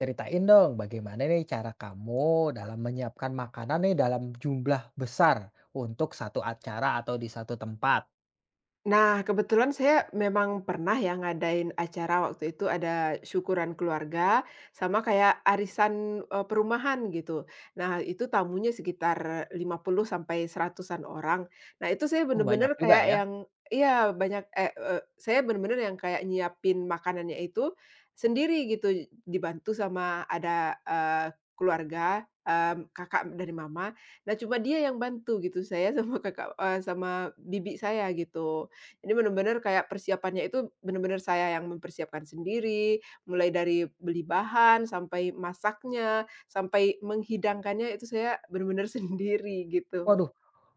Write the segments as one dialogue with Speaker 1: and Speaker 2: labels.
Speaker 1: Ceritain dong, bagaimana nih cara kamu dalam menyiapkan makanan nih dalam jumlah besar untuk satu acara atau di satu tempat?
Speaker 2: Nah, kebetulan saya memang pernah ya ngadain acara waktu itu ada syukuran keluarga sama kayak arisan, perumahan gitu. Nah, itu tamunya sekitar 50 sampai seratusan orang. Nah, itu saya
Speaker 1: Oh, banyak
Speaker 2: bener-bener
Speaker 1: juga
Speaker 2: kayak
Speaker 1: ya.
Speaker 2: yang iya banyak saya bener-bener yang kayak nyiapin makanannya itu sendiri gitu, dibantu sama ada, keluarga, kakak dari mama. Nah, cuma dia yang bantu gitu, saya sama kakak sama bibi saya gitu. Ini bener-bener kayak persiapannya itu bener-bener saya yang mempersiapkan sendiri, mulai dari beli bahan, sampai masaknya, sampai menghidangkannya itu saya bener-bener sendiri gitu.
Speaker 1: Waduh,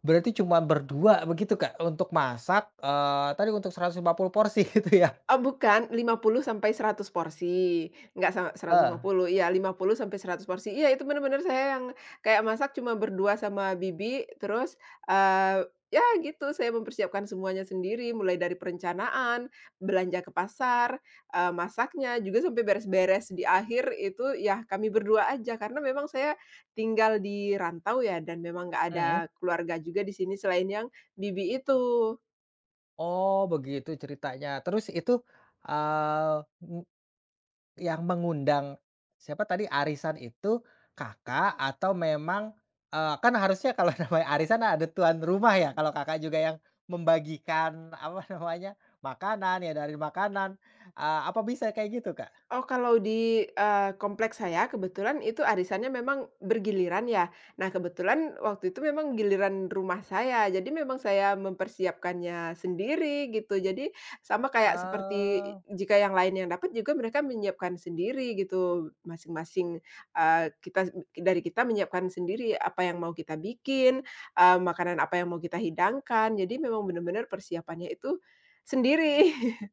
Speaker 1: berarti cuma berdua begitu Kak untuk masak, tadi untuk 150 porsi gitu ya?
Speaker 2: Oh bukan, lima puluh sampai seratus porsi, nggak sa
Speaker 1: Heeh.
Speaker 2: 150, iya lima puluh sampai seratus porsi. Iya itu bener-bener saya yang kayak masak cuma berdua sama bibi, terus, ya gitu saya mempersiapkan semuanya sendiri, mulai dari perencanaan, belanja ke pasar, masaknya, juga sampai beres-beres di akhir itu ya kami berdua aja. Karena memang saya tinggal di rantau ya dan memang nggak ada
Speaker 1: Mhm.
Speaker 2: keluarga juga di sini selain yang bibi itu.
Speaker 1: Oh, begitu ceritanya. Terus itu, eee yang mengundang, siapa tadi, arisan itu Kakak atau memang, kan harusnya kalau namanya arisan ada tuan rumah ya, kalau Kakak juga yang membagikan, apa namanya, makanan, ya dari makanan, apa bisa kayak gitu, Kak?
Speaker 2: Oh, kalau di kompleks saya kebetulan itu arisannya memang bergiliran ya. Nah, kebetulan waktu itu memang giliran rumah saya, jadi memang saya mempersiapkannya sendiri gitu. Jadi sama kayak seperti
Speaker 1: Oh.
Speaker 2: jika yang lain yang dapat juga mereka menyiapkan sendiri gitu, masing-masing, eee, kita dari kita menyiapkan sendiri apa yang mau kita bikin, makanan apa yang mau kita hidangkan. Jadi memang benar-benar persiapannya itu sendiri.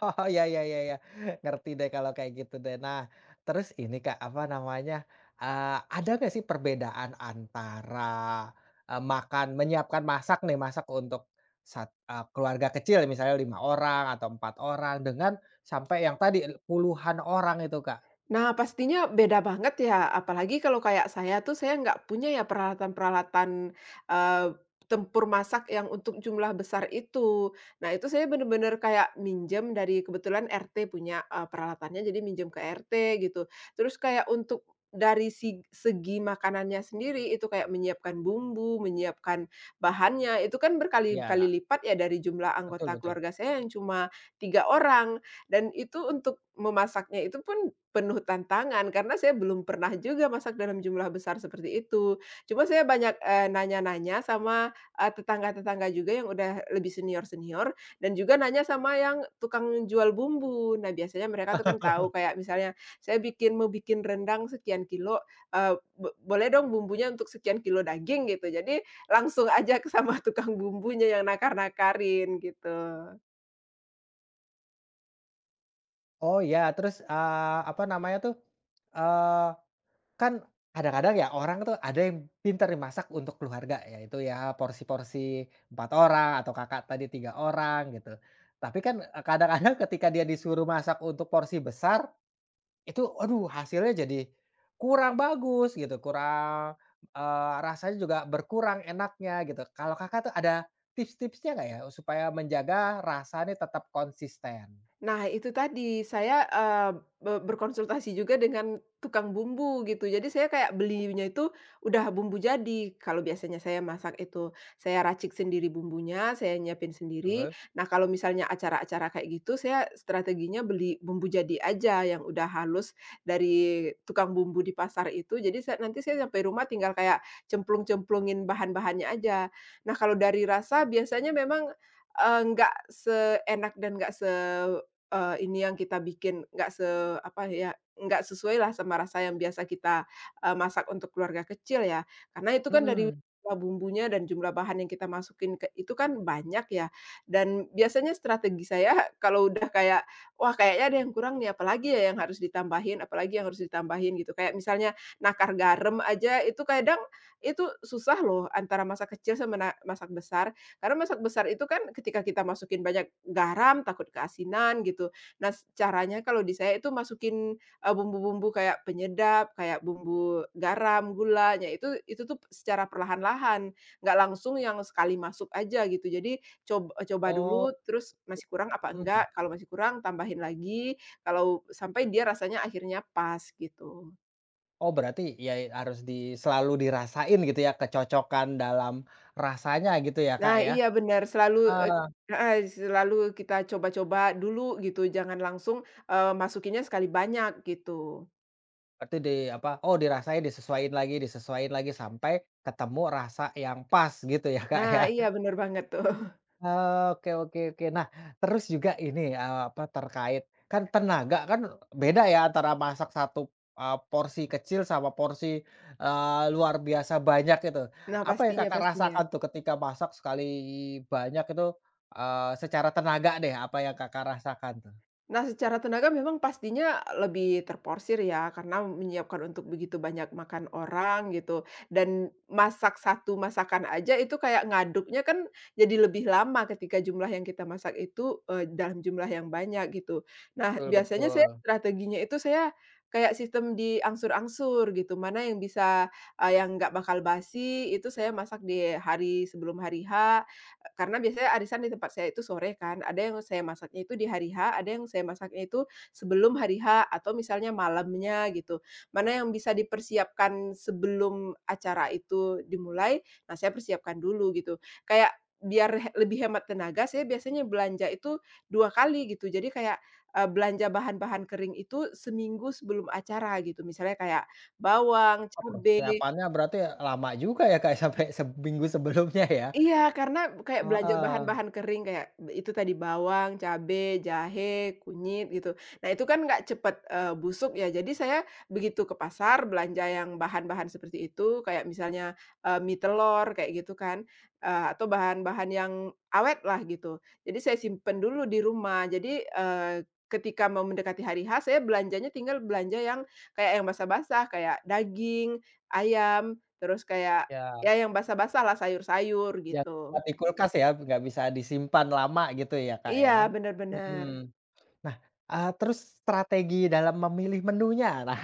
Speaker 1: Oh, ya ya ya ya, ngerti deh kalau kayak gitu deh. Nah, terus ini Kak, apa namanya, ada nggak sih perbedaan antara, makan menyiapkan masak nih, masak untuk keluarga kecil misalnya 5 orang atau 4 orang dengan sampai yang tadi puluhan orang itu Kak?
Speaker 2: Nah, pastinya beda banget ya, apalagi kalau kayak saya tuh, saya nggak punya ya peralatan-peralatan, eee, tempur masak yang untuk jumlah besar itu. Nah, itu saya bener-bener kayak minjem dari kebetulan RT punya, peralatannya, jadi minjem ke RT gitu. Terus kayak untuk dari si segi makanannya sendiri, itu kayak menyiapkan bumbu, menyiapkan bahannya, itu kan berkali-kali
Speaker 1: Iya,
Speaker 2: lipat ya dari jumlah
Speaker 1: betul
Speaker 2: anggota
Speaker 1: betul.
Speaker 2: keluarga saya yang cuma 3 orang, dan itu untuk memasaknya itu pun penuh tantangan karena saya belum pernah juga masak dalam jumlah besar seperti itu. Cuma saya banyak, nanya-nanya sama, tetangga-tetangga juga yang udah lebih senior-senior dan juga nanya sama yang tukang jual bumbu. Nah, biasanya mereka tuh kan tahu kayak misalnya saya bikin mau bikin rendang sekian kilo, eee, bo boleh dong bumbunya untuk sekian kilo daging gitu. Jadi langsung aja ke sama tukang bumbunya yang nakar-nakarin gitu.
Speaker 1: Oh, ya terus, apa namanya tuh, eh, kan kadang-kadang ya orang tuh ada yang pintar nih masak untuk keluarga, yaitu ya porsi-porsi 4 orang atau Kakak tadi 3 orang gitu. Tapi kan, kadang-kadang ketika dia disuruh masak untuk porsi besar, itu aduh hasilnya jadi kurang bagus gitu, kurang, rasanya juga berkurang enaknya gitu. Kalau Kakak tuh ada tips-tipsnya nggak ya supaya menjaga rasanya tetap konsisten?
Speaker 2: Nah, itu tadi saya, eee, be berkonsultasi juga dengan tukang bumbu gitu. Jadi saya kayak belinya itu udah bumbu jadi. Kalau biasanya saya masak itu saya racik sendiri bumbunya, saya nyiapin sendiri.
Speaker 1: Betul.
Speaker 2: Nah, kalau misalnya acara-acara kayak gitu saya strateginya beli bumbu jadi aja yang udah halus dari tukang bumbu di pasar itu. Jadi nanti saya sampai rumah tinggal kayak cemplung-cemplungin bahan-bahannya aja. Nah, kalau dari rasa biasanya memang, nggak seenak dan nggak se eee, ini yang kita bikin nggak se apa ya, nggak sesuai lah sama rasa yang biasa kita, masak untuk keluarga kecil ya. Karena itu kan dari
Speaker 1: Mhm.
Speaker 2: jumlah bumbunya dan jumlah bahan yang kita masukin ke itu kan banyak ya, dan biasanya strategi saya kalau udah kayak, "Wah kayaknya ada yang kurang nih, apalagi ya yang harus ditambahin apalagi yang harus ditambahin?" Gitu. Kayak misalnya nakar garam aja itu kadang itu susah loh antara masak kecil sama masak besar. Karena masak besar itu kan ketika kita masukin banyak garam takut keasinan gitu. Nah, s Caranya kalau di saya itu masukin, bumbu-bumbu kayak penyedap, kayak bumbu garam, gulanya itu tuh secara perlahan-lahan, nggak langsung yang sekali masuk aja gitu. Jadi coba coba
Speaker 1: Oh,
Speaker 2: dulu terus masih kurang apa
Speaker 1: mhm.
Speaker 2: enggak, kalau masih kurang tambahin lagi, kalau sampai dia rasanya akhirnya pas gitu.
Speaker 1: Oh, berarti ya harus di selalu dirasain gitu ya kecocokan dalam rasanya gitu ya Kak
Speaker 2: Nah,
Speaker 1: ya?
Speaker 2: iya benar selalu,
Speaker 1: Heeh,
Speaker 2: heeh, selalu kita coba-coba dulu gitu, jangan langsung, masukinnya sekali banyak gitu.
Speaker 1: berarti di apa, oh dirasain, disesuaiin lagi, disesuaiin lagi sampai ketemu rasa yang pas gitu ya Kak
Speaker 2: Nah,
Speaker 1: ya?
Speaker 2: iya bener banget tuh.
Speaker 1: Oke oke oke. Nah, terus juga ini, apa, terkait kan tenaga kan beda ya antara masak satu porsi kecil sama porsi, luar biasa banyak itu.
Speaker 2: Nah,
Speaker 1: Apa yang
Speaker 2: pastinya
Speaker 1: Kakak
Speaker 2: pastinya.
Speaker 1: rasakan tuh ketika masak sekali banyak itu, secara tenaga deh, apa yang Kakak rasakan tuh?
Speaker 2: Nah, secara tenaga memang pastinya lebih terporsir ya, karena menyiapkan untuk begitu banyak makan orang gitu. Dan masak satu masakan aja itu kayak ngaduknya kan jadi lebih lama ketika jumlah yang kita masak itu, dalam jumlah yang banyak gitu. Nah,
Speaker 1: Betul
Speaker 2: biasanya saya
Speaker 1: betul.
Speaker 2: strateginya itu saya kayak sistem di angsur angsur gitu, mana yang bisa yang nggak bakal basi itu saya masak di hari sebelum hari H, karena biasanya arisan di tempat saya itu sore kan, ada yang saya masaknya itu di hari H, ada yang saya masaknya itu sebelum hari H atau misalnya malamnya gitu. Mana yang bisa dipersiapkan sebelum acara itu dimulai, nah saya persiapkan dulu gitu. Kayak biar lebih hemat tenaga, saya biasanya belanja itu 2 kali gitu. Jadi kayak, belanja bahan-bahan kering itu seminggu sebelum acara gitu. Misalnya kayak bawang,
Speaker 1: Oh,
Speaker 2: cabai.
Speaker 1: persiapannya berarti lama juga ya, Kak, sampai seminggu sebelumnya ya?
Speaker 2: Iya, karena kayak belanja
Speaker 1: Heeh.
Speaker 2: bahan-bahan kering kayak itu tadi bawang, cabe, jahe, kunyit gitu. Nah itu kan nggak cepet, busuk ya, jadi saya begitu ke pasar belanja yang bahan-bahan seperti itu kayak misalnya, mie telor kayak gitu kan, atau bahan-bahan yang awet lah gitu. Jadi saya simpen dulu di rumah. Jadi, ketika mau mendekati hari H saya belanjanya tinggal belanja yang kayak yang basah-basah kayak daging, ayam, terus kayak
Speaker 1: Ya.
Speaker 2: ya yang basah-basah lah sayur-sayur
Speaker 1: Yang
Speaker 2: gitu.
Speaker 1: buat di kulkas ya, nggak bisa disimpan lama gitu ya, Kak,
Speaker 2: Iya
Speaker 1: ya?
Speaker 2: bener bener.
Speaker 1: Mhm. Nah, terus strategi dalam memilih menunya, nah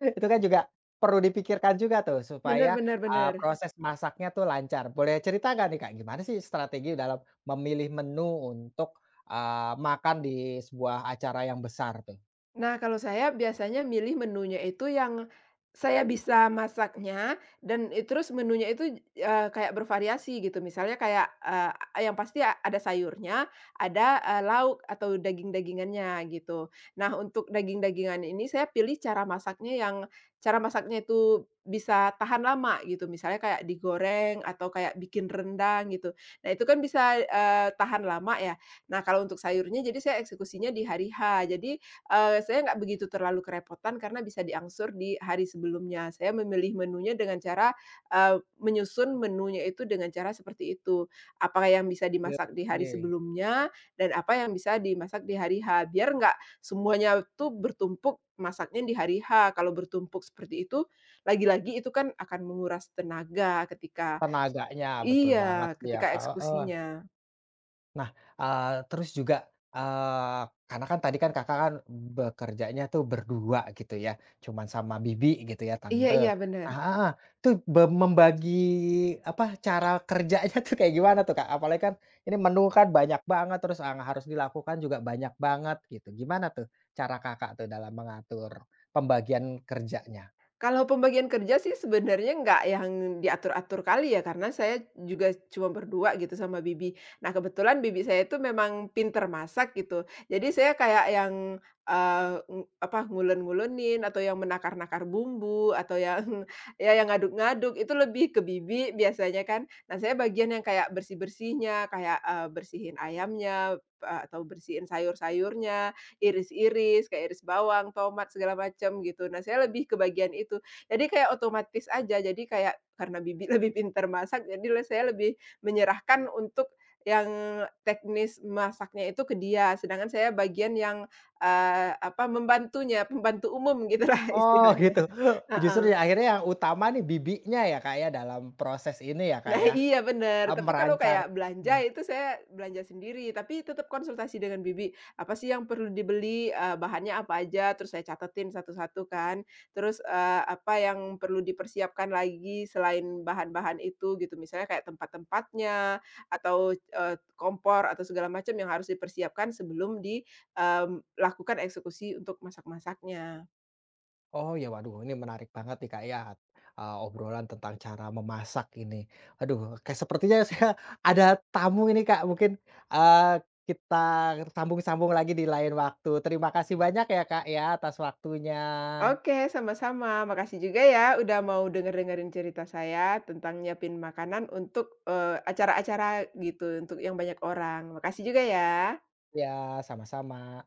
Speaker 1: itu kan juga perlu dipikirkan juga tuh
Speaker 2: Bener
Speaker 1: supaya,
Speaker 2: bener bener.
Speaker 1: proses masaknya tuh lancar. Boleh cerita nggak nih, Kak, gimana sih strategi dalam memilih menu untuk, makan di sebuah acara yang besar tuh?
Speaker 2: Nah, kalau saya biasanya milih menunya itu yang saya bisa masaknya dan terus menunya itu, kayak bervariasi gitu. Misalnya kayak, yang pasti ada sayurnya, ada, lauk atau daging-dagingannya gitu. Nah, untuk daging-dagingan ini saya pilih cara masaknya yang cara masaknya itu bisa tahan lama gitu, misalnya kayak digoreng atau kayak bikin rendang gitu. Nah, itu kan bisa, tahan lama ya. Nah, kalau untuk sayurnya jadi saya eksekusinya di hari H. Jadi saya nggak begitu terlalu kerepotan karena bisa diangsur di hari sebelumnya. Saya memilih menunya dengan cara, menyusun menunya itu dengan cara seperti itu. Apa yang bisa
Speaker 1: Oke
Speaker 2: dimasak di hari
Speaker 1: oke.
Speaker 2: sebelumnya dan apa yang bisa dimasak di hari H, biar nggak semuanya tuh bertumpuk masaknya di hari H. Kalau bertumpuk seperti itu, lagi-lagi itu kan akan menguras tenaga ketika
Speaker 1: Tenaganya, betul banget
Speaker 2: iya,
Speaker 1: sih ya,
Speaker 2: ketika
Speaker 1: Kak, heeh.
Speaker 2: eksekusinya.
Speaker 1: Nah, terus juga, eee, karena kan tadi kan Kakak kan bekerjanya tuh berdua gitu ya, cuman sama bibi gitu ya,
Speaker 2: Iya
Speaker 1: tante.
Speaker 2: iya, benar.
Speaker 1: Nah heeh, tuh be membagi apa, cara kerjanya tuh kayak gimana tuh, Kak? Apalagi kan ini menu kan banyak banget, terus yang harus dilakukan juga banyak banget gitu. Gimana tuh cara Kakak tuh dalam mengatur pembagian kerjanya?
Speaker 2: Kalau pembagian kerja sih sebenarnya nggak yang diatur-atur kali ya, karena saya juga cuma berdua gitu sama bibi. Nah, kebetulan bibi saya itu memang pinter masak gitu. Jadi saya kayak yang, ngulon-ngulonin atau yang menakar-nakar bumbu atau yang ya yang ngaduk-ngaduk itu lebih ke bibi biasanya kan. Nah, saya bagian yang kayak bersih-bersihnya, kayak, bersihin ayamnya, atau bersihin sayur-sayurnya iris-iris, kayak iris bawang, tomat, segala macam gitu. Nah, saya lebih ke bagian itu. Jadi kayak otomatis aja, jadi kayak karena bibi lebih pintar masak, jadi saya lebih menyerahkan untuk yang teknis masaknya itu ke dia, sedangkan saya bagian yang, membantunya, pembantu umum gitulah
Speaker 1: Oh
Speaker 2: istilahnya.
Speaker 1: gitu, justru ya
Speaker 2: Heeh.
Speaker 1: akhirnya yang utama nih bibinya ya, Kak, ya dalam proses ini ya, Kak,
Speaker 2: Nah
Speaker 1: ya,
Speaker 2: iya bener, tapi kalau
Speaker 1: merancang?
Speaker 2: kayak belanja
Speaker 1: Mhm.
Speaker 2: itu saya belanja sendiri, tapi tetap konsultasi dengan bibi, apa sih yang perlu dibeli, bahannya apa aja, terus saya catetin satu-satu kan, terus, apa yang perlu dipersiapkan lagi selain bahan-bahan itu gitu, misalnya kayak tempat-tempatnya atau, kompor atau segala macam yang harus dipersiapkan sebelum dilakukan eksekusi untuk masak-masaknya.
Speaker 1: Oh ya, waduh ini menarik banget nih Kak ya, obrolan tentang cara memasak ini. Aduh, kayak sepertinya saya ada tamu ini Kak mungkin, eee, kita sambung-sambung lagi di lain waktu. Terima kasih banyak ya Kak ya atas waktunya.
Speaker 2: Oke, sama-sama. Makasih juga ya udah mau denger-dengerin cerita saya tentang nyiapin makanan untuk, acara-acara gitu, untuk yang banyak orang. Makasih juga ya.
Speaker 1: Ya, sama-sama.